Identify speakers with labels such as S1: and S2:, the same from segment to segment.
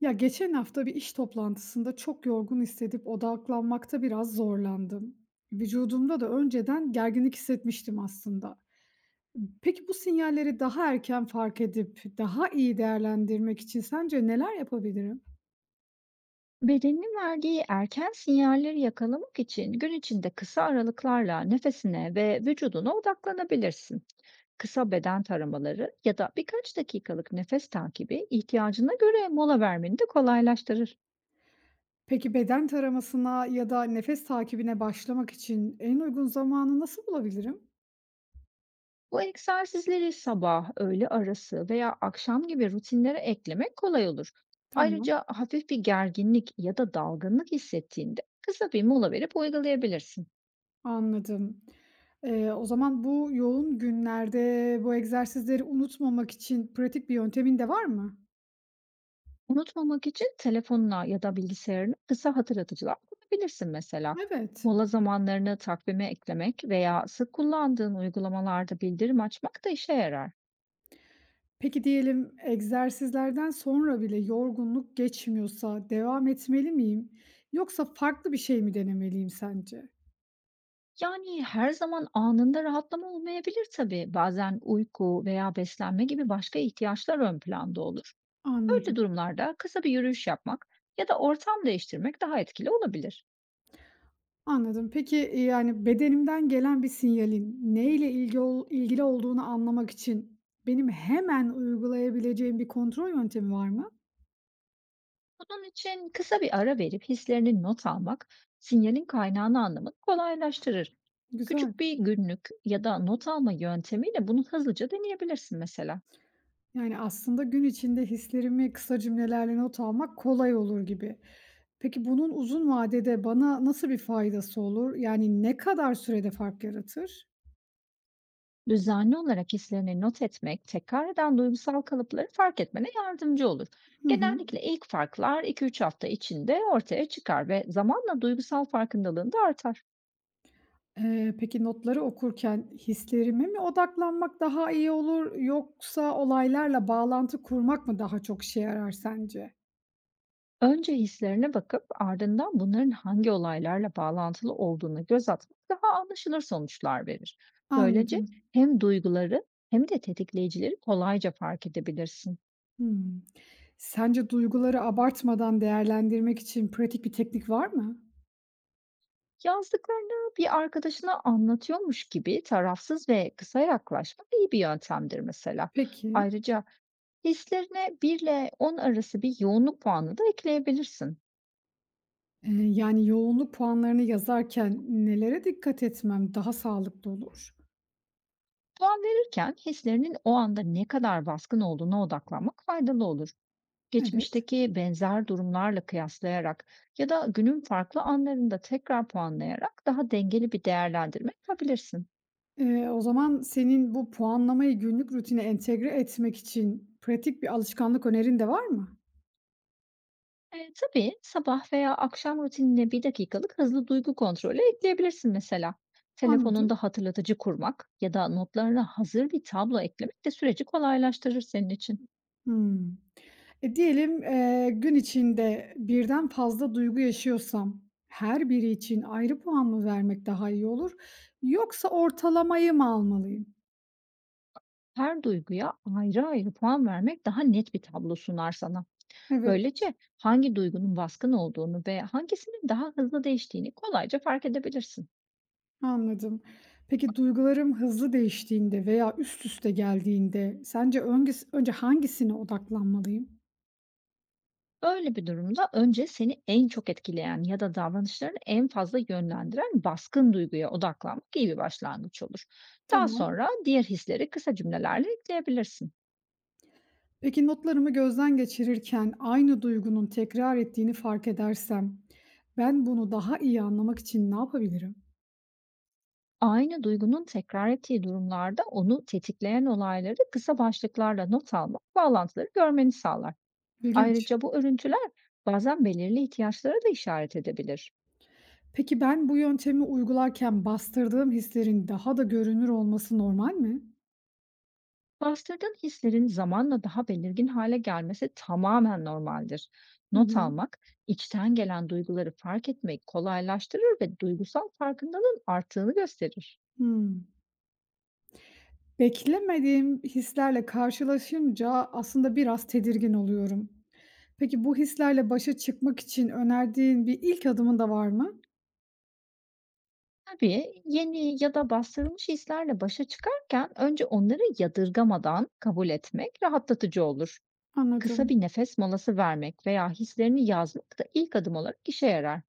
S1: Ya geçen hafta bir iş toplantısında çok yorgun hissedip odaklanmakta biraz zorlandım. Vücudumda da önceden gerginlik hissetmiştim aslında. Peki bu sinyalleri daha erken fark edip daha iyi değerlendirmek için sence neler yapabilirim?
S2: Bedenin verdiği erken sinyalleri yakalamak için gün içinde kısa aralıklarla nefesine ve vücuduna odaklanabilirsin. Kısa beden taramaları ya da birkaç dakikalık nefes takibi, ihtiyacına göre mola vermeni de kolaylaştırır.
S1: Peki beden taramasına ya da nefes takibine başlamak için en uygun zamanı nasıl bulabilirim?
S2: Bu egzersizleri sabah, öğle arası veya akşam gibi rutinlere eklemek kolay olur.
S1: Tamam,
S2: Ayrıca hafif bir gerginlik ya da dalgınlık hissettiğinde kısa bir mola verip uygulayabilirsin.
S1: anladım. O zaman bu yoğun günlerde bu egzersizleri unutmamak için pratik bir yöntemin de var mı?
S2: Unutmamak için telefonuna ya da bilgisayarına kısa hatırlatıcılar kurabilirsin mesela.
S1: Evet.
S2: Mola zamanlarını takvime eklemek veya sık kullandığın uygulamalarda bildirim açmak da işe yarar.
S1: Peki diyelim egzersizlerden sonra bile yorgunluk geçmiyorsa devam etmeli miyim yoksa farklı bir şey mi denemeliyim sence?
S2: Yani her zaman anında rahatlama olmayabilir tabii. Bazen uyku veya beslenme gibi başka ihtiyaçlar ön planda olur. Böyle
S1: Anladım,
S2: durumlarda kısa bir yürüyüş yapmak ya da ortam değiştirmek daha etkili olabilir.
S1: anladım. Peki, yani bedenimden gelen bir sinyalin neyle ilgi ol ilgili olduğunu anlamak için benim hemen uygulayabileceğim bir kontrol yöntemi var mı?
S2: Bunun için kısa bir ara verip hislerini not almak, sinyalin kaynağını anlamanı kolaylaştırır.
S1: Güzel.
S2: Küçük bir günlük ya da not alma yöntemiyle bunu hızlıca deneyebilirsin mesela.
S1: Yani, aslında gün içinde hislerimi kısa cümlelerle not almak kolay olur gibi. Peki, bunun uzun vadede bana nasıl bir faydası olur? Yani, ne kadar sürede fark yaratır?
S2: Düzenli olarak hislerini not etmek, tekrar eden duygusal kalıpları fark etmene yardımcı olur.
S1: Hı hı.
S2: Genellikle ilk farklar 2-3 hafta içinde ortaya çıkar ve zamanla duygusal farkındalığın da artar.
S1: Peki notları okurken hislerime mi odaklanmak daha iyi olur yoksa olaylarla bağlantı kurmak mı daha çok işe yarar sence?
S2: Önce hislerine bakıp ardından bunların hangi olaylarla bağlantılı olduğunu göz atmak daha anlaşılır sonuçlar verir. Böylece
S1: Anladım.
S2: hem duyguları hem de tetikleyicileri kolayca fark edebilirsin.
S1: Hımm. Sence duyguları abartmadan değerlendirmek için pratik bir teknik var mı?
S2: Yazdıklarını bir arkadaşına anlatıyormuş gibi tarafsız ve kısa yaklaşmak iyi bir yöntemdir mesela.
S1: Peki.
S2: Ayrıca hislerine 1 ile 10 arası bir yoğunluk puanı da ekleyebilirsin.
S1: Yoğunluk puanlarını yazarken nelere dikkat etmem daha sağlıklı olur?
S2: Puan verirken hislerinin o anda ne kadar baskın olduğuna odaklanmak faydalı olur.
S1: Evet.
S2: Geçmişteki benzer durumlarla kıyaslayarak ya da günün farklı anlarında tekrar puanlayarak daha dengeli bir değerlendirme yapabilirsin.
S1: O zaman senin bu puanlamayı günlük rutine entegre etmek için pratik bir alışkanlık önerin de var mı?
S2: Tabii sabah veya akşam rutinine 1 dakikalık hızlı duygu kontrolü ekleyebilirsin mesela.
S1: Anladım.
S2: Telefonunda hatırlatıcı kurmak ya da notlarına hazır bir tablo eklemek de süreci kolaylaştırır senin için.
S1: Hımm. Diyelim, gün içinde birden fazla duygu yaşıyorsam her biri için ayrı puan mı vermek daha iyi olur yoksa ortalamayı mı almalıyım?
S2: Her duyguya ayrı ayrı puan vermek daha net bir tablo sunar sana.
S1: Evet.
S2: Böylece hangi duygunun baskın olduğunu ve hangisinin daha hızlı değiştiğini kolayca fark edebilirsin.
S1: Anladım. Peki duygularım hızlı değiştiğinde veya üst üste geldiğinde sence önce hangisine odaklanmalıyım?
S2: Öyle bir durumda önce seni en çok etkileyen ya da davranışlarını en fazla yönlendiren baskın duyguya odaklanmak iyi bir başlangıç olur. Daha
S1: Tamam.
S2: sonra diğer hisleri kısa cümlelerle ekleyebilirsin.
S1: Peki notlarımı gözden geçirirken aynı duygunun tekrar ettiğini fark edersem ben bunu daha iyi anlamak için ne yapabilirim?
S2: Aynı duygunun tekrar ettiği durumlarda onu tetikleyen olayları kısa başlıklarla not almak bağlantıları görmeni sağlar.
S1: İlginç.
S2: Ayrıca bu örüntüler bazen belirli ihtiyaçlara da işaret edebilir.
S1: Peki ben bu yöntemi uygularken bastırdığım hislerin daha da görünür olması normal mi?
S2: Bastırdığın hislerin zamanla daha belirgin hale gelmesi tamamen normaldir.
S1: Hı
S2: Not
S1: hı.
S2: almak, içten gelen duyguları fark etmeyi kolaylaştırır ve duygusal farkındalığın arttığını gösterir.
S1: Hmm. Beklemediğim hislerle karşılaşınca aslında biraz tedirgin oluyorum. Peki bu hislerle başa çıkmak için önerdiğin bir ilk adımın da var mı?
S2: Tabii yeni ya da bastırılmış hislerle başa çıkarken önce onları yadırgamadan kabul etmek rahatlatıcı olur. Kısa
S1: Anladım.
S2: bir nefes molası vermek veya hislerini yazmak da ilk adım olarak işe yarar.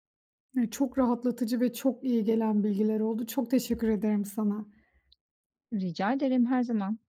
S1: Ya, çok rahatlatıcı ve çok iyi gelen bilgiler oldu. Çok teşekkür ederim sana.
S2: Rica ederim, her zaman.